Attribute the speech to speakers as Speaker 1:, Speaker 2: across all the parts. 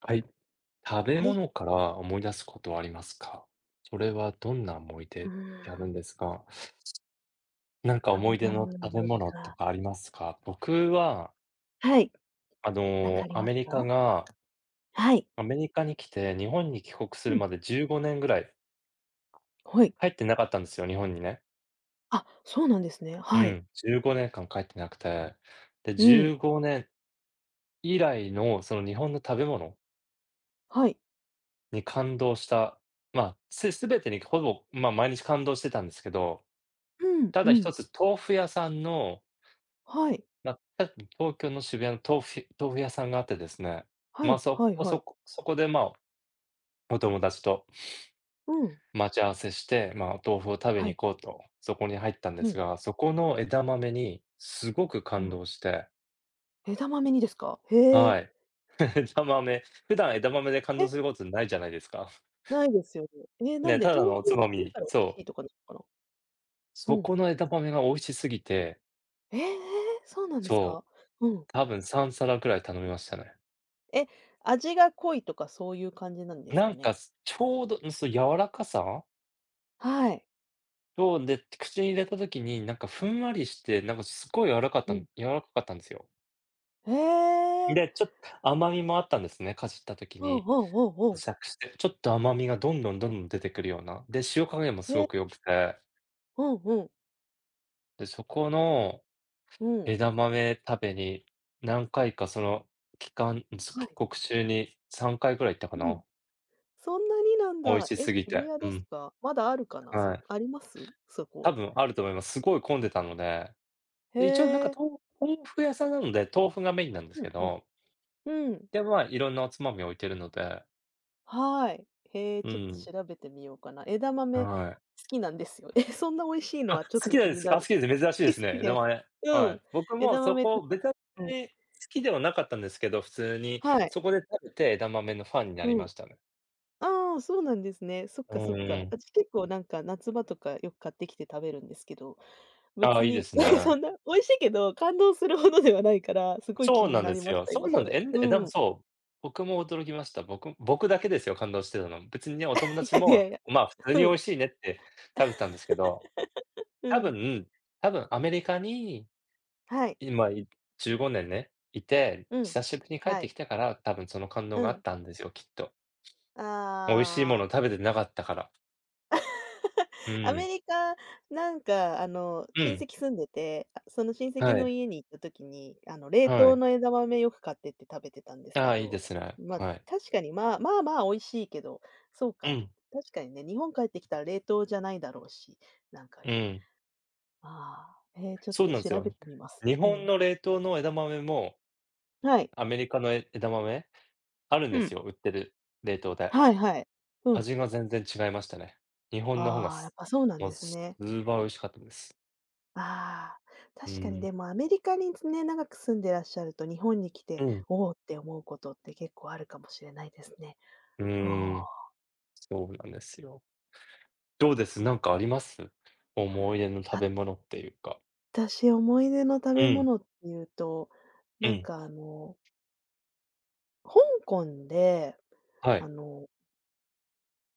Speaker 1: はい。食べ
Speaker 2: はい。
Speaker 1: 物から思い出すことはありますか？それはどんな思い出
Speaker 2: う
Speaker 1: ってあ
Speaker 2: ー
Speaker 1: る
Speaker 2: ん、
Speaker 1: んですか？なんか
Speaker 2: 食
Speaker 1: 思
Speaker 2: べ
Speaker 1: い出
Speaker 2: 物
Speaker 1: の
Speaker 2: の
Speaker 1: 食べ
Speaker 2: 思い出
Speaker 1: 物と
Speaker 2: か。
Speaker 1: かありますか？僕は、
Speaker 2: はい。
Speaker 1: あ
Speaker 2: なんかあ
Speaker 1: の、
Speaker 2: り
Speaker 1: ア
Speaker 2: ます
Speaker 1: メリカ
Speaker 2: か？
Speaker 1: が
Speaker 2: はい。
Speaker 1: アメリカに来て、日本に帰国す
Speaker 2: う
Speaker 1: る
Speaker 2: ん、
Speaker 1: まで15年ぐらい
Speaker 2: はい。
Speaker 1: 帰ってなかったんですよ、日本にね。
Speaker 2: あ、そうなんですね。
Speaker 1: う
Speaker 2: はい。
Speaker 1: ん、15年間帰ってなくて、で、
Speaker 2: うん。
Speaker 1: 15年以来のその日本の食べ物
Speaker 2: はい。
Speaker 1: に感動した、まあ、全てにほぼ、ま、毎日感動してたんですけど、
Speaker 2: うん、
Speaker 1: た
Speaker 2: う
Speaker 1: だ
Speaker 2: ん。
Speaker 1: 一つ豆腐屋さんの、
Speaker 2: はい。
Speaker 1: ま、東京の渋谷の豆腐屋さんがあってですね、
Speaker 2: は
Speaker 1: ま、
Speaker 2: い
Speaker 1: そ
Speaker 2: はい
Speaker 1: こ
Speaker 2: は
Speaker 1: そ
Speaker 2: い。
Speaker 1: こそこで、ま、お友達と
Speaker 2: うん。
Speaker 1: 待ち合わせして、ま、お豆腐を食べ
Speaker 2: は
Speaker 1: に
Speaker 2: い。
Speaker 1: 行こうと、そこに入ったんで
Speaker 2: う
Speaker 1: す
Speaker 2: ん。
Speaker 1: が、そこの枝豆にすごく
Speaker 2: う
Speaker 1: 感
Speaker 2: ん。
Speaker 1: 動して、
Speaker 2: 枝豆にですか？へえ。
Speaker 1: はい。枝豆、普段枝豆で感
Speaker 2: え、
Speaker 1: 動することないじゃないですか。
Speaker 2: ないですよね。え、なん
Speaker 1: ね、
Speaker 2: で
Speaker 1: ただ
Speaker 2: 豆
Speaker 1: の
Speaker 2: 腐
Speaker 1: お
Speaker 2: 屋
Speaker 1: つ
Speaker 2: さ
Speaker 1: ま
Speaker 2: んだ
Speaker 1: み
Speaker 2: から美味し
Speaker 1: そ
Speaker 2: い
Speaker 1: う。
Speaker 2: とかなのかな？う
Speaker 1: そ
Speaker 2: ん。
Speaker 1: この枝豆が美味しすぎて、
Speaker 2: ええ、そうなんですか？
Speaker 1: そう、
Speaker 2: うん。
Speaker 1: 多分3皿くらい頼みましたね。
Speaker 2: え、味が濃いとかそういう感じなんです
Speaker 1: な
Speaker 2: か
Speaker 1: んか、
Speaker 2: ね？
Speaker 1: ちょうど、そう、柔らかさ
Speaker 2: はい。
Speaker 1: と、で、口に入れた時に、なんかふんわりして、なんかすごい柔らかっ
Speaker 2: う
Speaker 1: た
Speaker 2: ん。
Speaker 1: ん柔らかかったんですよ。
Speaker 2: へえ。
Speaker 1: で、ちょっ甘みもあったんですね、かじった時
Speaker 2: おう
Speaker 1: に。
Speaker 2: おうおうおう。
Speaker 1: 咀嚼して、ちょっと甘みがどんどんどんどん出てくるような。で、塩加減もす
Speaker 2: へえ、
Speaker 1: ごく良くて、
Speaker 2: うんうん、
Speaker 1: で、そこの
Speaker 2: うん。
Speaker 1: 枝豆食べに、何回かその期間、
Speaker 2: は
Speaker 1: 帰
Speaker 2: い。
Speaker 1: 国中に3回ぐらい行ったか
Speaker 2: うん。
Speaker 1: な。
Speaker 2: そんなになん
Speaker 1: 美味
Speaker 2: だ。
Speaker 1: し
Speaker 2: え、
Speaker 1: すぎ
Speaker 2: 渋
Speaker 1: て。
Speaker 2: 谷
Speaker 1: う
Speaker 2: です
Speaker 1: ん、
Speaker 2: か？まだあるかな？
Speaker 1: はい。
Speaker 2: あります？そこ。
Speaker 1: 多分あると思います。すごい混んでたので。
Speaker 2: へ
Speaker 1: で、一応なんか、
Speaker 2: え。
Speaker 1: 豆腐屋さんなので、豆腐がメインなんです
Speaker 2: う
Speaker 1: け
Speaker 2: んうん。
Speaker 1: ど、
Speaker 2: うん。
Speaker 1: で、まあ、いろんなおつまみ置いてるので、
Speaker 2: はい。へえ、
Speaker 1: う
Speaker 2: ちょっと
Speaker 1: ん、
Speaker 2: 調べてみようかな。枝豆好
Speaker 1: はい。
Speaker 2: きなんですよ。え、そんな美味しいの
Speaker 1: あ、
Speaker 2: はちょっ
Speaker 1: 好
Speaker 2: と
Speaker 1: きなん
Speaker 2: 気
Speaker 1: で
Speaker 2: に
Speaker 1: す。
Speaker 2: な
Speaker 1: あ、好
Speaker 2: る。
Speaker 1: きです。珍しいで
Speaker 2: 好き
Speaker 1: す
Speaker 2: 好き
Speaker 1: ね、名
Speaker 2: です。
Speaker 1: 前。
Speaker 2: う
Speaker 1: は
Speaker 2: ん。
Speaker 1: い。僕も
Speaker 2: 枝
Speaker 1: そ
Speaker 2: 豆と
Speaker 1: こ、別
Speaker 2: うん。
Speaker 1: に好きではなかったんですけど、普通に、
Speaker 2: はい。
Speaker 1: そこで食べて枝豆のファンになり
Speaker 2: う
Speaker 1: ま
Speaker 2: ん。
Speaker 1: したね。
Speaker 2: ああ、そうなんですね。そっ
Speaker 1: う
Speaker 2: かそっか。
Speaker 1: ーん。
Speaker 2: 結構なんか夏場とかよく買ってきて食べるんですけど。
Speaker 1: ああ、
Speaker 2: 別
Speaker 1: いいで
Speaker 2: に、
Speaker 1: す
Speaker 2: なんか
Speaker 1: ね。
Speaker 2: そんな美味しいけど、感動するほどではないから、すごい気
Speaker 1: そう
Speaker 2: に
Speaker 1: なん
Speaker 2: な
Speaker 1: で
Speaker 2: り
Speaker 1: す
Speaker 2: まし
Speaker 1: よ。
Speaker 2: た、
Speaker 1: そ
Speaker 2: 今
Speaker 1: うな
Speaker 2: そ
Speaker 1: んで、え
Speaker 2: れ。
Speaker 1: ん
Speaker 2: う
Speaker 1: でえだも
Speaker 2: ん。い
Speaker 1: そう、僕も驚きました。僕だけですよ、感動してたの。別にね、お友達
Speaker 2: やい
Speaker 1: も、
Speaker 2: やいや。
Speaker 1: まあ、普通に美
Speaker 2: うん、
Speaker 1: 味しいねって食べてたんですけど、
Speaker 2: う
Speaker 1: 多
Speaker 2: ん。
Speaker 1: 分多分アメリカに
Speaker 2: はい。
Speaker 1: 今15年いて、
Speaker 2: うん。
Speaker 1: 久しぶりに帰っ
Speaker 2: は
Speaker 1: て
Speaker 2: い。
Speaker 1: きたから、多分その感動
Speaker 2: う
Speaker 1: があっ
Speaker 2: ん。
Speaker 1: たんですよ、きっと。美味しいもの
Speaker 2: ああ。
Speaker 1: 食べてなかったから。う
Speaker 2: アメ
Speaker 1: ん。
Speaker 2: リカ、なんかあの、
Speaker 1: う
Speaker 2: 親
Speaker 1: ん。
Speaker 2: 戚住んでて、あ、その親戚
Speaker 1: は
Speaker 2: の
Speaker 1: い。
Speaker 2: 家に行った時に、あの、冷
Speaker 1: は
Speaker 2: 凍
Speaker 1: い。
Speaker 2: の枝豆よく買ってって食べてたんです
Speaker 1: あ
Speaker 2: け
Speaker 1: あ、いいで
Speaker 2: ど、
Speaker 1: すね。
Speaker 2: ま、
Speaker 1: はい。
Speaker 2: 確かに、まあ、まあまあ美味しいけど、そう
Speaker 1: う
Speaker 2: か、
Speaker 1: ん。
Speaker 2: 確かにね、日本帰ってきたら冷凍じゃないだろうし、なんか
Speaker 1: う
Speaker 2: ね
Speaker 1: ん。
Speaker 2: ああ、ちょっ
Speaker 1: そう
Speaker 2: と
Speaker 1: なん
Speaker 2: 調
Speaker 1: す
Speaker 2: べ
Speaker 1: よ。
Speaker 2: てみます。
Speaker 1: 日
Speaker 2: う
Speaker 1: 本
Speaker 2: ん。
Speaker 1: の冷凍の枝豆も、
Speaker 2: はい。
Speaker 1: アメリカの枝豆、あるん
Speaker 2: う
Speaker 1: で
Speaker 2: ん。
Speaker 1: すよ、売ってる、冷凍で。
Speaker 2: はいはい。うん。
Speaker 1: 味が全然違いましたね。日本の方が
Speaker 2: ああ、やっぱそうなん
Speaker 1: もう、
Speaker 2: ですね。
Speaker 1: スーパー美味しかったです。
Speaker 2: ああ、
Speaker 1: う
Speaker 2: 確かに
Speaker 1: ん。
Speaker 2: でもアメリカにね、長く住んでらっしゃると、日本に来て、
Speaker 1: うん。
Speaker 2: おおって思うことって結構あるかもしれないですね。
Speaker 1: う
Speaker 2: あ
Speaker 1: ーん。
Speaker 2: あ、
Speaker 1: そうなんですよ。どうです？なんかあります？思い出の食べ
Speaker 2: 私
Speaker 1: 物っていうか。
Speaker 2: 思い出の食
Speaker 1: う
Speaker 2: べ
Speaker 1: ん、
Speaker 2: 物っていうと、
Speaker 1: う
Speaker 2: なん
Speaker 1: ん。
Speaker 2: かあの、香港で、
Speaker 1: は
Speaker 2: あ
Speaker 1: い、
Speaker 2: の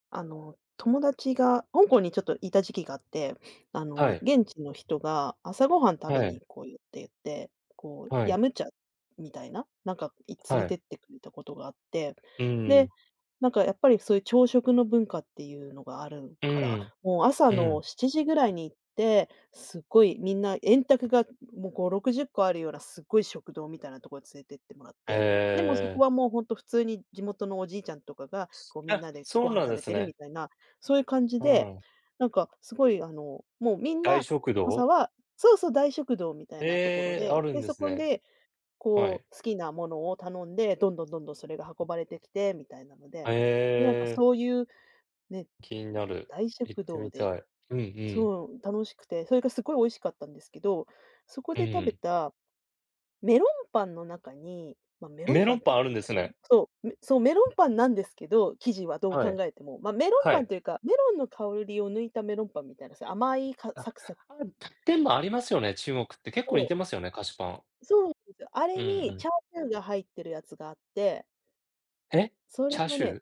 Speaker 2: あの、友達が香港にちょっといた時期があって、あの、
Speaker 1: はい、
Speaker 2: 現地の人が朝ごはん食べ
Speaker 1: は
Speaker 2: に
Speaker 1: い、
Speaker 2: 行こうよって言って、こう、
Speaker 1: は
Speaker 2: ヤ
Speaker 1: い、
Speaker 2: ムチャみたいな、なんか、連れ
Speaker 1: は
Speaker 2: て
Speaker 1: い。
Speaker 2: ってくれたことがあって、
Speaker 1: う
Speaker 2: で、
Speaker 1: ん、
Speaker 2: なんかやっぱりそういう朝食の文化っていうのがある
Speaker 1: う
Speaker 2: から、
Speaker 1: ん、
Speaker 2: もう朝
Speaker 1: うん。
Speaker 2: の7時ぐらいに行って、すっごいみんな円卓がもう5、60個あるようなすっごい食堂みたいなところに連れてってもらってでもそこ
Speaker 1: え
Speaker 2: は
Speaker 1: え。
Speaker 2: もうほんと普通に地元のおじいちゃんとかが、こうみん
Speaker 1: あ、
Speaker 2: なで
Speaker 1: そ
Speaker 2: ご
Speaker 1: う
Speaker 2: 飯
Speaker 1: なん
Speaker 2: 食
Speaker 1: で
Speaker 2: べ
Speaker 1: す
Speaker 2: てるみ
Speaker 1: ね。
Speaker 2: たいな、そういう感じ
Speaker 1: う
Speaker 2: で、
Speaker 1: ん。
Speaker 2: なんかすごいあの、もうみん
Speaker 1: 大
Speaker 2: な
Speaker 1: 食
Speaker 2: 朝
Speaker 1: 堂？
Speaker 2: はそうそう、大食堂みたいなところ
Speaker 1: ええ、あ
Speaker 2: で、
Speaker 1: るん
Speaker 2: で、
Speaker 1: で
Speaker 2: そ
Speaker 1: す
Speaker 2: こ
Speaker 1: ね。
Speaker 2: で
Speaker 1: は
Speaker 2: こ
Speaker 1: い。
Speaker 2: う好きなものを頼んで、どんどんどんどんそれが運ばれてきてみたいなので、
Speaker 1: え
Speaker 2: で、なんか
Speaker 1: え、
Speaker 2: そういうね、
Speaker 1: 気になる。
Speaker 2: 大
Speaker 1: 行っ
Speaker 2: 食
Speaker 1: て
Speaker 2: 堂
Speaker 1: み
Speaker 2: で
Speaker 1: たい。うんうん、
Speaker 2: そう、楽しくて、それがすごい美味しかったんですけど、そこ
Speaker 1: う
Speaker 2: で食べ
Speaker 1: ん。
Speaker 2: たメロンパンの中に、まあ、メロン
Speaker 1: メ
Speaker 2: パ
Speaker 1: ロ
Speaker 2: ンっ
Speaker 1: ン
Speaker 2: て
Speaker 1: パ
Speaker 2: 言
Speaker 1: ン
Speaker 2: っ
Speaker 1: ある
Speaker 2: て
Speaker 1: ん
Speaker 2: いい
Speaker 1: で
Speaker 2: の
Speaker 1: す
Speaker 2: かな、
Speaker 1: ね。
Speaker 2: そう、そう、メロンパンなんですけど、生地はどう
Speaker 1: は
Speaker 2: 考
Speaker 1: い、
Speaker 2: えても、まあ、メロン
Speaker 1: は
Speaker 2: パン
Speaker 1: い。
Speaker 2: というか、メロンの香りを抜いたメロンパンみたいな、そう、甘いか
Speaker 1: あ、あ、
Speaker 2: サクサク
Speaker 1: でもありますよね、中国って。結構似
Speaker 2: と
Speaker 1: てますよね、菓子パン。
Speaker 2: そうなんですよ、あ
Speaker 1: う
Speaker 2: れ
Speaker 1: んう
Speaker 2: に
Speaker 1: ん。
Speaker 2: チャーシューが入ってるやつがあって、
Speaker 1: え、
Speaker 2: それ
Speaker 1: チャー
Speaker 2: が
Speaker 1: シュ
Speaker 2: ね
Speaker 1: ー？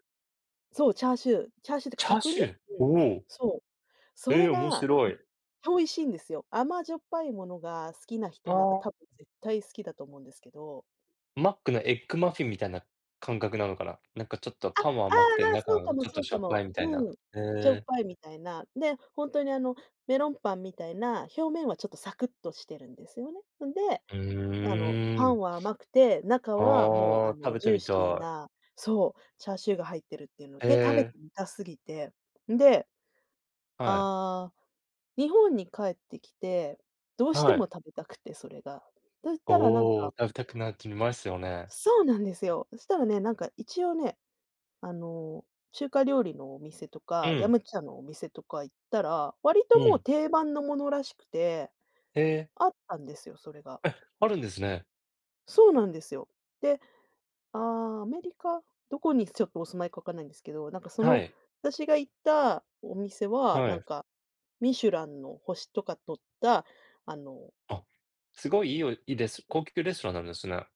Speaker 2: そう、チャーシューってか
Speaker 1: チャー
Speaker 2: 角
Speaker 1: シ
Speaker 2: 煮
Speaker 1: ュー？
Speaker 2: う
Speaker 1: お
Speaker 2: ん、
Speaker 1: おー、
Speaker 2: そう。そ
Speaker 1: え
Speaker 2: れ
Speaker 1: ー面
Speaker 2: が
Speaker 1: 白い。
Speaker 2: 美味しいんですよ。甘じょっぱいものが好きな
Speaker 1: あ
Speaker 2: 人なら
Speaker 1: あ、
Speaker 2: 多分絶対好きだと思うんですけど
Speaker 1: マックのエッグマフィンみたいな感覚なのかな？なんかちょっとパンは
Speaker 2: あ
Speaker 1: 甘くて、
Speaker 2: あああ、
Speaker 1: 中
Speaker 2: そうか
Speaker 1: が
Speaker 2: も
Speaker 1: ちょっ
Speaker 2: そ
Speaker 1: と
Speaker 2: う
Speaker 1: し
Speaker 2: か
Speaker 1: ょっぱ
Speaker 2: も。
Speaker 1: いみたいな。
Speaker 2: うん。しょっ
Speaker 1: え
Speaker 2: ぱいみたいな。で、ほんとにあの、メロンパンみたいな、表面はちょっとサクッとしてるんですよね。んで、
Speaker 1: ー、う
Speaker 2: あの、パ
Speaker 1: ー
Speaker 2: ン
Speaker 1: ん。
Speaker 2: は甘くて、中はもう
Speaker 1: あ
Speaker 2: あ
Speaker 1: あ、食
Speaker 2: の、
Speaker 1: べて
Speaker 2: ジュー
Speaker 1: み
Speaker 2: シー
Speaker 1: たい。
Speaker 2: なそう、チャーシューが入ってるっていうの
Speaker 1: え
Speaker 2: で、食べて
Speaker 1: ー、
Speaker 2: みたすぎて。んで、
Speaker 1: はい。
Speaker 2: ああ、日本に帰ってきて、どうして
Speaker 1: はい。
Speaker 2: も食べたくて、それが。そしたらなん
Speaker 1: おお、
Speaker 2: か
Speaker 1: 食べたくなってきますよね。
Speaker 2: そうなんですよ。そしたらね、なんか一応ねあの、中華料理のお店と
Speaker 1: う
Speaker 2: か、ヤ
Speaker 1: ん、
Speaker 2: ムチャのお店とか行ったら、割
Speaker 1: う
Speaker 2: ともう
Speaker 1: ん。
Speaker 2: 定番のものらしくて、
Speaker 1: えー、
Speaker 2: あったんですよ、それが。
Speaker 1: あるんですね。
Speaker 2: そうなんですよ。で、ああ、アメリカどこにちょっとお住まいかわかんないんですけど、なんかそ
Speaker 1: は
Speaker 2: の、
Speaker 1: い、
Speaker 2: 私が行ったお店は、
Speaker 1: は
Speaker 2: なん
Speaker 1: い。
Speaker 2: か、ミシュランの星とか取った、あの、
Speaker 1: あ、すごいいいおいいです高級レストランなんですね。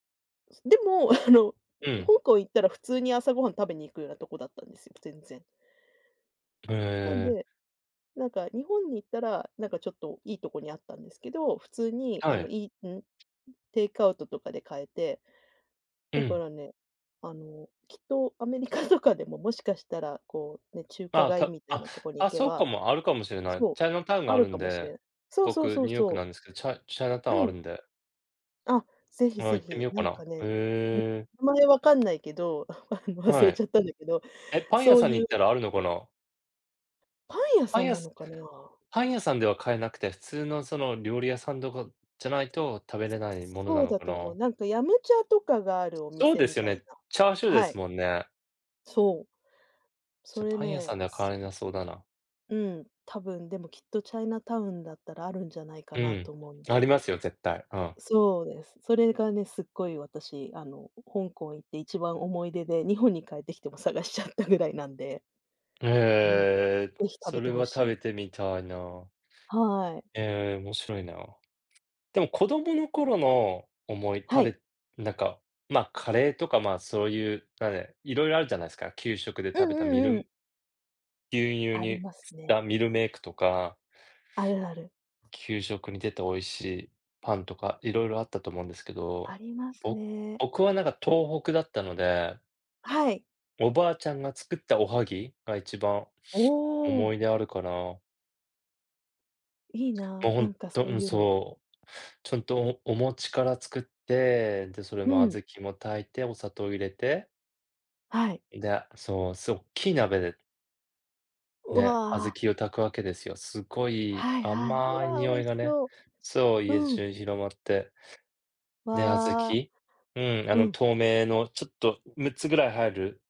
Speaker 2: でも、あの、
Speaker 1: うん。
Speaker 2: 香港行ったら普通に朝ごはん食べに行くようなとこだったんですよ、全然。
Speaker 1: へ
Speaker 2: なん
Speaker 1: え
Speaker 2: でなんか日本に行ったら、なんかちょっといいとこにあったんですけど、普通に
Speaker 1: ー、
Speaker 2: あ
Speaker 1: は
Speaker 2: の、
Speaker 1: い、
Speaker 2: いいん、テイクアウトとかで買えて、
Speaker 1: う
Speaker 2: だか
Speaker 1: ん。
Speaker 2: らね、あの、きっとアメリカとかでももしかしたら、こうね、中華
Speaker 1: あ
Speaker 2: 街
Speaker 1: た
Speaker 2: みたい
Speaker 1: あ、
Speaker 2: なとこに行
Speaker 1: あ、
Speaker 2: け
Speaker 1: そうか
Speaker 2: ば、
Speaker 1: も、あるかもしれない。
Speaker 2: そう、
Speaker 1: チャイナタウンが
Speaker 2: あ
Speaker 1: あ
Speaker 2: る
Speaker 1: るん
Speaker 2: かもしれ
Speaker 1: で、
Speaker 2: ない。そうそ
Speaker 1: 僕、
Speaker 2: うそ
Speaker 1: ニュー
Speaker 2: う
Speaker 1: ヨーク
Speaker 2: そ
Speaker 1: なん
Speaker 2: う。
Speaker 1: ですけど、チャチャイナタ
Speaker 2: う
Speaker 1: ウンあ
Speaker 2: ん。
Speaker 1: るんで、
Speaker 2: あ、ぜひ
Speaker 1: あ、行
Speaker 2: ぜ
Speaker 1: ってみ
Speaker 2: ひ、
Speaker 1: よう
Speaker 2: な
Speaker 1: か
Speaker 2: ん
Speaker 1: な。
Speaker 2: かね、
Speaker 1: へえ、
Speaker 2: 名前わかんないけど、あの、忘
Speaker 1: は
Speaker 2: れち
Speaker 1: い。
Speaker 2: ゃったんだけど、
Speaker 1: え、パン屋
Speaker 2: そう
Speaker 1: さんに
Speaker 2: い
Speaker 1: 行
Speaker 2: う
Speaker 1: ったらあるのかな？
Speaker 2: パン屋
Speaker 1: パ
Speaker 2: さ
Speaker 1: ン
Speaker 2: ん
Speaker 1: 屋
Speaker 2: なの
Speaker 1: す
Speaker 2: かな？
Speaker 1: パン屋さんでは買えなくて、普通のその料理屋さんとかじゃないと食べれないもの
Speaker 2: そ
Speaker 1: な
Speaker 2: う
Speaker 1: の
Speaker 2: だ
Speaker 1: か
Speaker 2: と思う。
Speaker 1: な？
Speaker 2: なんかヤムチャとかがあるお
Speaker 1: そう
Speaker 2: 店
Speaker 1: で
Speaker 2: み
Speaker 1: すよ
Speaker 2: たい
Speaker 1: ね、
Speaker 2: な。
Speaker 1: チャーシューで
Speaker 2: は
Speaker 1: す
Speaker 2: い、
Speaker 1: もんね。
Speaker 2: そう。そ
Speaker 1: じゃ、
Speaker 2: れ
Speaker 1: パン屋
Speaker 2: ね、
Speaker 1: さんでは買われなそうだな。
Speaker 2: うん、多分でもきっとチャイナタウンだったらあるんじゃないか
Speaker 1: う
Speaker 2: なと
Speaker 1: ん、
Speaker 2: 思うん
Speaker 1: あ
Speaker 2: で。
Speaker 1: りますよ、絶対。うん。
Speaker 2: そうです。それがね、すっごい私、あの、香港行って一番思い出で、日本に帰ってきても探しちゃったぐらいなんで。う
Speaker 1: へ
Speaker 2: ん。ぜ
Speaker 1: え、
Speaker 2: ひ食べ
Speaker 1: そ
Speaker 2: て
Speaker 1: れ
Speaker 2: ほ
Speaker 1: は食
Speaker 2: しい。
Speaker 1: べてみたいな。
Speaker 2: はい。
Speaker 1: ええ、面白いな。でも子供の頃の
Speaker 2: はい。
Speaker 1: なんか、ま、カレーとか、ま、そういう、なんでいろいろあるじゃないですか。給食で
Speaker 2: う
Speaker 1: 食
Speaker 2: ん
Speaker 1: べた
Speaker 2: うんうん。
Speaker 1: 牛乳
Speaker 2: あり
Speaker 1: に
Speaker 2: ます
Speaker 1: 振っ
Speaker 2: ね。
Speaker 1: たミルメイクとか、
Speaker 2: あるある。
Speaker 1: 給食に出て美味しいパンとか、いろいろあったと思うんですけ
Speaker 2: あ
Speaker 1: ど、
Speaker 2: ります
Speaker 1: ぼ
Speaker 2: ね。
Speaker 1: 僕はなんか東北だったので、
Speaker 2: はい。
Speaker 1: おばあちゃんが作ったおはぎが一番
Speaker 2: お
Speaker 1: 思い
Speaker 2: お。
Speaker 1: 出あるかな。も
Speaker 2: いい
Speaker 1: う
Speaker 2: な、
Speaker 1: ほ
Speaker 2: なん
Speaker 1: ん
Speaker 2: か
Speaker 1: と
Speaker 2: そう
Speaker 1: うん、
Speaker 2: いうの。
Speaker 1: そう。ちゃんとお餅から作って、で、それ
Speaker 2: う
Speaker 1: も
Speaker 2: ん、
Speaker 1: 小豆も炊いて、お砂糖入れて
Speaker 2: はい。
Speaker 1: で、そう、大きい鍋で
Speaker 2: う
Speaker 1: ね、小
Speaker 2: わ
Speaker 1: 豆
Speaker 2: あ、
Speaker 1: を炊くわけですよ。すごい
Speaker 2: はいはい。う
Speaker 1: 甘い
Speaker 2: わあ、
Speaker 1: 匂
Speaker 2: 美味
Speaker 1: い
Speaker 2: し
Speaker 1: がね、
Speaker 2: そ
Speaker 1: そう、
Speaker 2: う。
Speaker 1: 家
Speaker 2: うん。
Speaker 1: 中に広まって。で、
Speaker 2: わあ、
Speaker 1: 小豆うん、あ
Speaker 2: う
Speaker 1: の
Speaker 2: ん。
Speaker 1: 透明のちょっと6つぐらい入る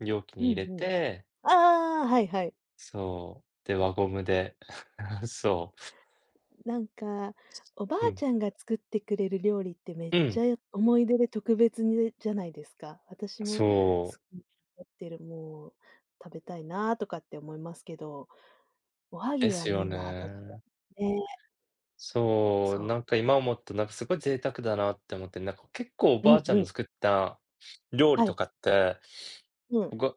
Speaker 1: 容器
Speaker 2: う
Speaker 1: に
Speaker 2: んう
Speaker 1: 入れ
Speaker 2: ん。
Speaker 1: て、
Speaker 2: ああ、はいはい。
Speaker 1: そう、で、輪ゴムで、そ
Speaker 2: なんか、おばあ
Speaker 1: う、うん、
Speaker 2: ちゃんが作ってくれる料理ってめっ
Speaker 1: うん、
Speaker 2: ちゃ思い出で特別にじゃないですか。私も
Speaker 1: そ
Speaker 2: す
Speaker 1: う、
Speaker 2: ごい思ってる、もう食べたいなとかって思いますけど、おは
Speaker 1: で
Speaker 2: ぎ
Speaker 1: す
Speaker 2: はい
Speaker 1: よ
Speaker 2: いな、確か
Speaker 1: ね。
Speaker 2: に。ね、
Speaker 1: そう、
Speaker 2: そ
Speaker 1: な
Speaker 2: う。
Speaker 1: んか今思うと、なんかすごい贅沢だなって思って、なんか結構お
Speaker 2: う
Speaker 1: ばあ
Speaker 2: ん
Speaker 1: ちゃ
Speaker 2: う
Speaker 1: んの
Speaker 2: ん。
Speaker 1: 作った料理
Speaker 2: は
Speaker 1: と
Speaker 2: い。
Speaker 1: かって
Speaker 2: うん。
Speaker 1: 僕は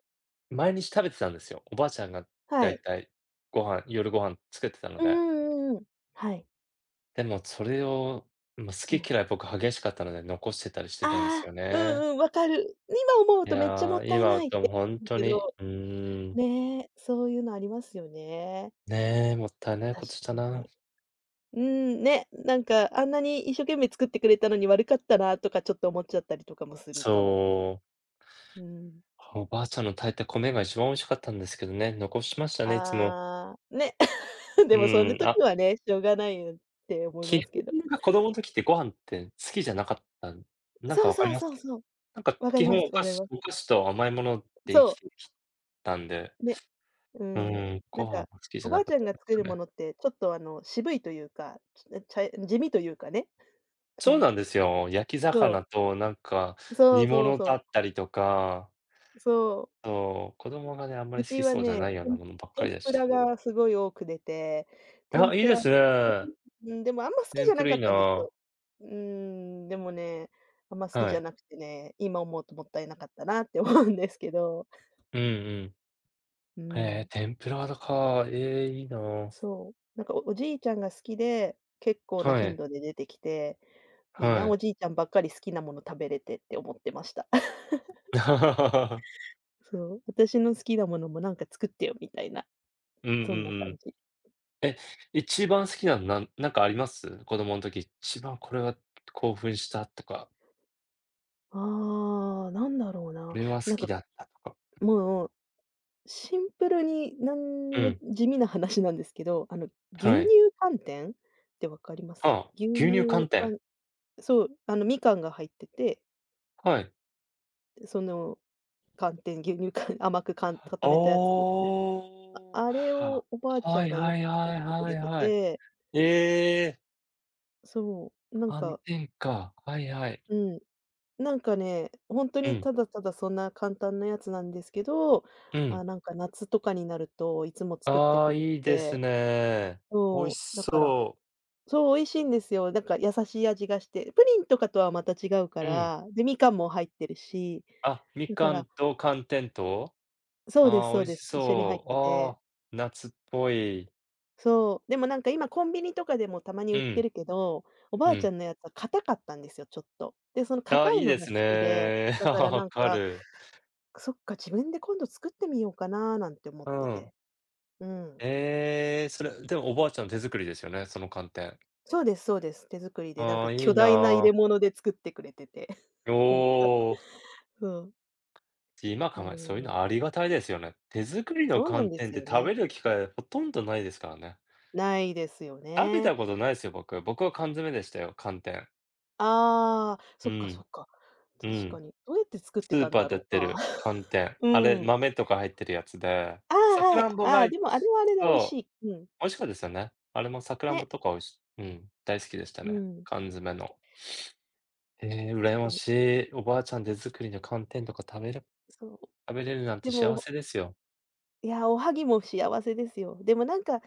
Speaker 1: 毎日食べてたんですよ。おばあちゃんが
Speaker 2: は
Speaker 1: だい
Speaker 2: い。
Speaker 1: たい夜ご飯作ってたの
Speaker 2: うん
Speaker 1: で。
Speaker 2: うんうんうん。はい。
Speaker 1: でもそれを、ま、
Speaker 2: う
Speaker 1: 好
Speaker 2: ん。
Speaker 1: き嫌い僕激しかったので残してたりしてたんです
Speaker 2: あ
Speaker 1: よ
Speaker 2: あ、う
Speaker 1: ね。
Speaker 2: んうん、わかる。今思う
Speaker 1: い
Speaker 2: とめっちゃも
Speaker 1: や、
Speaker 2: ったい
Speaker 1: 今は
Speaker 2: ないっ
Speaker 1: でも
Speaker 2: て、
Speaker 1: ほん
Speaker 2: う
Speaker 1: と
Speaker 2: け
Speaker 1: に、
Speaker 2: ど、
Speaker 1: うーん、
Speaker 2: ね、そういうのありますよね。
Speaker 1: ね、もったいない
Speaker 2: 確
Speaker 1: こと
Speaker 2: か
Speaker 1: したな。
Speaker 2: に。うん、ね、なんかあんなに一生懸命作ってくれたのに悪かったなとかちょっと思っちゃったりとかもするかも。
Speaker 1: そう、
Speaker 2: うん。
Speaker 1: おばあちゃんの炊いた米が一番美味しかったんですけどね、残しましたね、いつも。
Speaker 2: ああ、ね。で
Speaker 1: う
Speaker 2: もその
Speaker 1: ーん、
Speaker 2: 時
Speaker 1: あ、
Speaker 2: はね、しょうがないよって思い
Speaker 1: 基
Speaker 2: ますけど。
Speaker 1: 本が子供の時ってご飯って好きじゃなかったん、なん
Speaker 2: そ
Speaker 1: か
Speaker 2: う
Speaker 1: わか
Speaker 2: そ
Speaker 1: り
Speaker 2: う
Speaker 1: ます？
Speaker 2: そうそう。
Speaker 1: なんか
Speaker 2: わか
Speaker 1: 基
Speaker 2: りま
Speaker 1: 本お
Speaker 2: すわ
Speaker 1: 菓
Speaker 2: かり
Speaker 1: 子
Speaker 2: ます。
Speaker 1: お菓子と甘いもので生き
Speaker 2: そ
Speaker 1: てきたんで、
Speaker 2: う、ね。う
Speaker 1: う
Speaker 2: ん。
Speaker 1: ーん、
Speaker 2: な
Speaker 1: ご
Speaker 2: ん
Speaker 1: 飯は
Speaker 2: か、
Speaker 1: 好きじ
Speaker 2: お
Speaker 1: ゃ
Speaker 2: ば
Speaker 1: な
Speaker 2: あ
Speaker 1: か
Speaker 2: ち
Speaker 1: っ
Speaker 2: ゃん
Speaker 1: た
Speaker 2: が
Speaker 1: んで
Speaker 2: 作
Speaker 1: すよ
Speaker 2: るも
Speaker 1: ね。
Speaker 2: のって、ちょっとあの、渋いというか、ちょちゃい地味というかね。
Speaker 1: そうなんですよ。焼き魚となんか
Speaker 2: そう そう
Speaker 1: 煮
Speaker 2: そうそう
Speaker 1: 物
Speaker 2: そ
Speaker 1: だ
Speaker 2: う。
Speaker 1: ったりとか、
Speaker 2: そう。
Speaker 1: そう、子供がね、あんま
Speaker 2: う
Speaker 1: り好
Speaker 2: ち
Speaker 1: き
Speaker 2: は
Speaker 1: そうじゃ
Speaker 2: ね、
Speaker 1: ないようなものばっか
Speaker 2: 天
Speaker 1: りで
Speaker 2: ぷ
Speaker 1: し
Speaker 2: ら
Speaker 1: た。
Speaker 2: がすごい多く出て、天
Speaker 1: あ、いい
Speaker 2: ぷ
Speaker 1: で
Speaker 2: ら
Speaker 1: す ね。
Speaker 2: うん、でもあんま好きじ
Speaker 1: 天
Speaker 2: ゃ
Speaker 1: ぷ
Speaker 2: な
Speaker 1: ら
Speaker 2: か
Speaker 1: い
Speaker 2: っ
Speaker 1: い
Speaker 2: たんです
Speaker 1: な。
Speaker 2: よ。うーん、でもね、あんま好き
Speaker 1: は
Speaker 2: じゃ
Speaker 1: い。
Speaker 2: なくてね、今思うともったいなかったなって思うんですけど。
Speaker 1: うんうん。
Speaker 2: う
Speaker 1: へえ、
Speaker 2: ん。
Speaker 1: 天ぷらだか。ええ、いいな。
Speaker 2: そう。なんかじいちゃんが好きで、結構な
Speaker 1: は
Speaker 2: 頻
Speaker 1: い、
Speaker 2: 度で出てきて、いい
Speaker 1: は
Speaker 2: な、お
Speaker 1: い。
Speaker 2: じいちゃんばっかり好きなもの食べれてって思ってました。そう、私の好きなものもなんか作ってよみたいな、
Speaker 1: うんう
Speaker 2: そんな感
Speaker 1: ん
Speaker 2: じ。
Speaker 1: うん。え、一番好きなのなんかあります？子供の時、一番これは興奮したとか、
Speaker 2: ああ、なんだろう
Speaker 1: こ
Speaker 2: な。
Speaker 1: れは好
Speaker 2: なん
Speaker 1: き
Speaker 2: か
Speaker 1: だったとか。
Speaker 2: もう、シンプルに何に
Speaker 1: う
Speaker 2: も
Speaker 1: ん、
Speaker 2: 地味な話なんですけど、牛
Speaker 1: は
Speaker 2: 乳
Speaker 1: い。
Speaker 2: 寒天ってわかりま
Speaker 1: あ
Speaker 2: す？
Speaker 1: あ、
Speaker 2: 牛
Speaker 1: 牛乳
Speaker 2: 乳
Speaker 1: 寒天。
Speaker 2: 寒、そう、みかんが入ってて、
Speaker 1: はい。
Speaker 2: その寒天、牛乳寒 甘くかん固めたやつ。あ
Speaker 1: お
Speaker 2: あれ
Speaker 1: あ。
Speaker 2: をおばあちゃん
Speaker 1: はい
Speaker 2: がよく
Speaker 1: はい
Speaker 2: 作っ
Speaker 1: はい
Speaker 2: てく
Speaker 1: はい
Speaker 2: れて
Speaker 1: はい。
Speaker 2: て、
Speaker 1: ええ、
Speaker 2: そう、
Speaker 1: 寒天か。はいはい。
Speaker 2: うん。ほんと
Speaker 1: う
Speaker 2: に
Speaker 1: ん、
Speaker 2: ただただそんな簡単なやつなんですけど、
Speaker 1: う
Speaker 2: あ、
Speaker 1: ん。
Speaker 2: 夏とかになるといつも作って
Speaker 1: あ
Speaker 2: く
Speaker 1: あ、
Speaker 2: れて
Speaker 1: いいです
Speaker 2: て、
Speaker 1: ね。美味し
Speaker 2: そう、だから、
Speaker 1: そう。
Speaker 2: そう、美味しいんですよ。なんか優しい味がして、プリンとかとはまた違うか
Speaker 1: うん。
Speaker 2: ら、で、みかんも入ってるし、
Speaker 1: あ、み
Speaker 2: だか
Speaker 1: か
Speaker 2: ら、
Speaker 1: んと寒天と？
Speaker 2: そうです
Speaker 1: ああ、
Speaker 2: そ
Speaker 1: 美
Speaker 2: う
Speaker 1: 味
Speaker 2: で
Speaker 1: し
Speaker 2: す、一緒に入っ
Speaker 1: そう。
Speaker 2: て
Speaker 1: あ
Speaker 2: て。
Speaker 1: あ、夏っぽい。
Speaker 2: そう、でもなんか今コンビニとかでもたまに
Speaker 1: う
Speaker 2: 売って
Speaker 1: ん、
Speaker 2: るけど、おば
Speaker 1: う
Speaker 2: あち
Speaker 1: ん。
Speaker 2: ゃんのやつは硬かったんですよ、ちょっと。で、その
Speaker 1: ああ、
Speaker 2: 硬い
Speaker 1: いい
Speaker 2: の
Speaker 1: で
Speaker 2: が
Speaker 1: す
Speaker 2: 好きで、
Speaker 1: ね。
Speaker 2: だから
Speaker 1: わ
Speaker 2: なん
Speaker 1: か
Speaker 2: か
Speaker 1: る。
Speaker 2: そっか、自分で今度作ってみようかななんて思っ
Speaker 1: う
Speaker 2: て
Speaker 1: ん。
Speaker 2: て。うん。
Speaker 1: ええ、それ、でもおばあちゃんの手作りですよね、その寒天。
Speaker 2: そうですそうです。手作りでなん
Speaker 1: あ
Speaker 2: か
Speaker 1: あ、い
Speaker 2: 巨
Speaker 1: いな
Speaker 2: 大な入れ
Speaker 1: あ。
Speaker 2: 物で作ってくれてて。
Speaker 1: お
Speaker 2: なんか、
Speaker 1: お、
Speaker 2: そう、
Speaker 1: 今考
Speaker 2: あ
Speaker 1: えそういう
Speaker 2: の、
Speaker 1: のありがたいですよね。手作りの
Speaker 2: そうなん
Speaker 1: 寒
Speaker 2: で
Speaker 1: 天っ
Speaker 2: す
Speaker 1: て
Speaker 2: よ
Speaker 1: 食
Speaker 2: ね。
Speaker 1: べる機会ほとんどないですからね。
Speaker 2: ないですよ
Speaker 1: 食べ
Speaker 2: ね。
Speaker 1: たことないですよ、僕。僕は缶詰でしたよ、寒天。
Speaker 2: ああ、そ
Speaker 1: う
Speaker 2: っかそ
Speaker 1: ん、
Speaker 2: っか。
Speaker 1: う
Speaker 2: 確か
Speaker 1: ん。
Speaker 2: に。どうやって作っ
Speaker 1: ス
Speaker 2: て
Speaker 1: ー
Speaker 2: たん
Speaker 1: パー
Speaker 2: だ
Speaker 1: で売っ
Speaker 2: ろう
Speaker 1: て
Speaker 2: な。
Speaker 1: る寒 天。あ
Speaker 2: う
Speaker 1: れ、
Speaker 2: ん。
Speaker 1: 豆とか入ってるやつで、
Speaker 2: ああ、
Speaker 1: さく
Speaker 2: はい。
Speaker 1: らんぼ
Speaker 2: あ
Speaker 1: が
Speaker 2: あ、
Speaker 1: い
Speaker 2: でもあれはあれで美味
Speaker 1: そ
Speaker 2: し
Speaker 1: う。
Speaker 2: い。うん。
Speaker 1: 美味しかったですよね。あれもさくらん
Speaker 2: ね。
Speaker 1: ぼとか美味しうん、大好きでした
Speaker 2: う
Speaker 1: ね。
Speaker 2: ん。
Speaker 1: 缶詰の。ええ、
Speaker 2: 確
Speaker 1: 羨
Speaker 2: か
Speaker 1: ま
Speaker 2: に。
Speaker 1: しい。おばあちゃん手作りの寒天とか食べれ
Speaker 2: そう。
Speaker 1: 食べれるなん
Speaker 2: で
Speaker 1: て幸
Speaker 2: も、
Speaker 1: せですよ。
Speaker 2: いや、おはぎも幸せですよ。でもなんか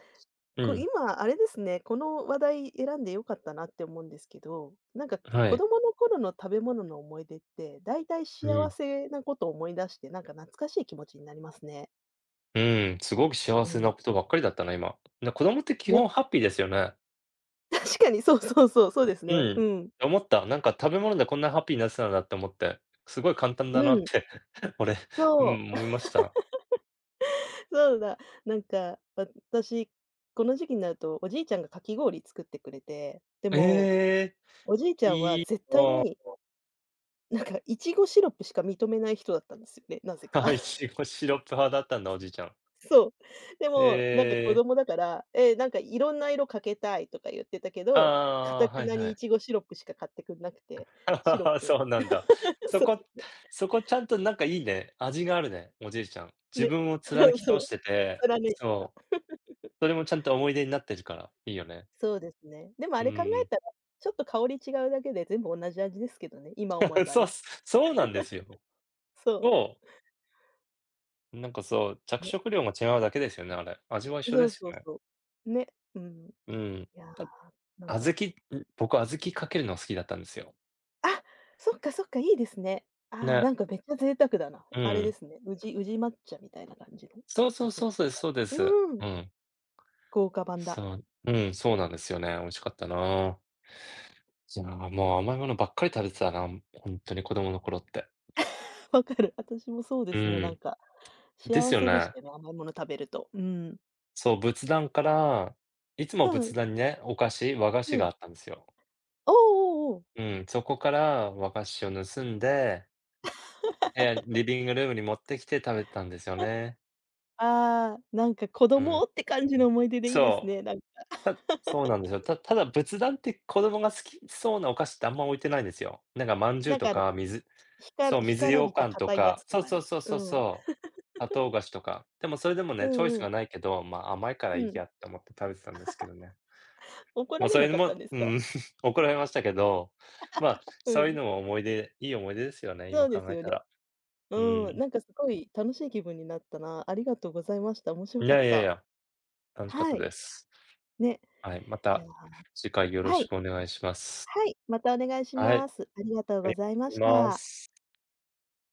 Speaker 1: う
Speaker 2: こう、
Speaker 1: ん、
Speaker 2: 今あれですね、この話題選んで良かったなって思うんですけど、なんか
Speaker 1: は
Speaker 2: 子
Speaker 1: い。
Speaker 2: 供の頃の食べ物の思い出って、だいたい
Speaker 1: う
Speaker 2: 幸
Speaker 1: ん。
Speaker 2: せなことを思い出して、なんか懐かしい気持ちになりますね。
Speaker 1: うーん、すごく幸
Speaker 2: う
Speaker 1: せな
Speaker 2: ん。
Speaker 1: ことばっかりだったな、今。子供って基
Speaker 2: ね、
Speaker 1: 本ハッピーですよね。
Speaker 2: 確かにそうそうそう、そうです
Speaker 1: う
Speaker 2: ね。う
Speaker 1: ん。
Speaker 2: ん。
Speaker 1: 思った。なんか食べ物でこんなハッピーになってたんだって思って、すごい簡単だ
Speaker 2: う
Speaker 1: なっ
Speaker 2: ん、
Speaker 1: て、俺、うん、
Speaker 2: そう、
Speaker 1: 思いました。
Speaker 2: そうだ。なんか、私、この時期になるとおじいちゃんがかき氷作ってくれて、でも、
Speaker 1: ええ、
Speaker 2: おじいちゃんは
Speaker 1: いい
Speaker 2: 絶対
Speaker 1: な。
Speaker 2: に、なんか、いちごシロップしか認めない人だったんですよね、なぜ か。
Speaker 1: いちごシロップ派だったんだ、おじいちゃん。
Speaker 2: そう。でも、なんか
Speaker 1: え
Speaker 2: 子供
Speaker 1: え。
Speaker 2: だから、え、なんかいろんな色かけたいとか言ってたけ
Speaker 1: あ
Speaker 2: ど、かた
Speaker 1: あ、
Speaker 2: く
Speaker 1: はい
Speaker 2: な
Speaker 1: は
Speaker 2: にい
Speaker 1: い。
Speaker 2: ちごシロップしか買ってくんなくて、シロッ プ。
Speaker 1: そうなんだ。そ
Speaker 2: そ
Speaker 1: こそこちゃんとなんかいいね、味があるね、おじいちゃん。
Speaker 2: う、
Speaker 1: 自
Speaker 2: ね。
Speaker 1: 分を
Speaker 2: そ
Speaker 1: 貫
Speaker 2: う
Speaker 1: き
Speaker 2: そ
Speaker 1: 通
Speaker 2: う。
Speaker 1: してて、
Speaker 2: 貫いてた。
Speaker 1: そう、それもちゃんと思い出になってるから、いいよね。
Speaker 2: そうですね。でもあ
Speaker 1: う
Speaker 2: れ考え
Speaker 1: ん。
Speaker 2: たら、ちょっと香り違うだけで全部同じ味ですけどね、今思え ば
Speaker 1: そう
Speaker 2: ね。
Speaker 1: そうなんですよ。
Speaker 2: そう。
Speaker 1: そう、なんかそう、着
Speaker 2: ね。
Speaker 1: 色料が違うだけですよね、あれ。味は一緒
Speaker 2: そ
Speaker 1: で
Speaker 2: う
Speaker 1: す
Speaker 2: そう
Speaker 1: よね。
Speaker 2: そう。ね、うん。い
Speaker 1: うん。
Speaker 2: やー、
Speaker 1: だ
Speaker 2: なん
Speaker 1: 小
Speaker 2: か、
Speaker 1: 豆ん、僕小豆かけるの好きだったんですよ。
Speaker 2: あ、そっかそっか、いいですね。ああ、な
Speaker 1: ね、
Speaker 2: んかめっちゃ贅沢だな。
Speaker 1: う
Speaker 2: あれで
Speaker 1: ん。
Speaker 2: すね、宇治抹茶みたいな感じの、
Speaker 1: そうそう
Speaker 2: 小
Speaker 1: そう
Speaker 2: 豆
Speaker 1: そう
Speaker 2: と
Speaker 1: です
Speaker 2: か
Speaker 1: そう
Speaker 2: で。
Speaker 1: です。
Speaker 2: うーん、
Speaker 1: うん。
Speaker 2: 豪華版だ。
Speaker 1: そう、うん、そうなんですよね。美味しかったな。じゃあ、もう甘いものばっかり食べてたな、ほんとに子供の頃って。
Speaker 2: わかる。私もそうで
Speaker 1: う
Speaker 2: すね、なん
Speaker 1: ん。
Speaker 2: か
Speaker 1: で
Speaker 2: 幸
Speaker 1: すよ
Speaker 2: せでし
Speaker 1: ね。
Speaker 2: たね、甘いもの食べると。うん。
Speaker 1: そう、仏壇からいつも
Speaker 2: は
Speaker 1: 仏
Speaker 2: い。
Speaker 1: 壇にね、お菓子、和菓
Speaker 2: う
Speaker 1: 子が
Speaker 2: ん。
Speaker 1: あったんですよ。
Speaker 2: おおおお。
Speaker 1: うん、そこから和菓子を盗んで、リビングルームに持ってきて食べてたんですよね。
Speaker 2: ああ、なんか子
Speaker 1: う
Speaker 2: 供
Speaker 1: ん。
Speaker 2: って感じの思い出でいいです
Speaker 1: そう。
Speaker 2: ね、なんか。
Speaker 1: そうなんですよ。ただ仏壇って子供が好きそうなお菓子ってあんま置いてないんですよ。なんか饅
Speaker 2: な
Speaker 1: 頭
Speaker 2: ん
Speaker 1: と
Speaker 2: かあの、
Speaker 1: かそう、
Speaker 2: 干
Speaker 1: 水
Speaker 2: から
Speaker 1: 羊
Speaker 2: びた
Speaker 1: 羹と
Speaker 2: 硬いや
Speaker 1: か、
Speaker 2: つと
Speaker 1: そう
Speaker 2: か
Speaker 1: そ
Speaker 2: ね。
Speaker 1: うそう
Speaker 2: う
Speaker 1: そう
Speaker 2: ん。
Speaker 1: そう。砂糖菓子とか。でもそれでも
Speaker 2: う
Speaker 1: ね、チョイス
Speaker 2: んうん。
Speaker 1: がないけど、ま、甘いから
Speaker 2: う
Speaker 1: いい
Speaker 2: ん。
Speaker 1: やって思って食べてたんですけどね。
Speaker 2: 怒
Speaker 1: も
Speaker 2: ら
Speaker 1: う
Speaker 2: れ
Speaker 1: そ
Speaker 2: な
Speaker 1: れ
Speaker 2: かったん
Speaker 1: も
Speaker 2: です
Speaker 1: う
Speaker 2: か？
Speaker 1: ん、怒られましたけど、ま、あ
Speaker 2: う
Speaker 1: そういう
Speaker 2: ん。
Speaker 1: のも思い出いい思い出ですよね、
Speaker 2: そう
Speaker 1: 今
Speaker 2: で
Speaker 1: 考
Speaker 2: す
Speaker 1: え
Speaker 2: よ
Speaker 1: た
Speaker 2: ね。
Speaker 1: ら。う
Speaker 2: うん、
Speaker 1: ん。
Speaker 2: なんかすごい楽しい気分になったな。ありがとうございました。面白
Speaker 1: い
Speaker 2: かっ
Speaker 1: やいやい
Speaker 2: た。
Speaker 1: や、楽しかっ
Speaker 2: は
Speaker 1: た
Speaker 2: い、
Speaker 1: です。
Speaker 2: ね。
Speaker 1: はい、ま
Speaker 2: いや、
Speaker 1: た次回よろ
Speaker 2: は
Speaker 1: し
Speaker 2: い、
Speaker 1: くお願いします。
Speaker 2: はい、またお願いし
Speaker 1: はい、ありが
Speaker 2: ます。ありがとうござい
Speaker 1: と
Speaker 2: ま
Speaker 1: う
Speaker 2: し
Speaker 1: ございま
Speaker 2: た。
Speaker 1: す。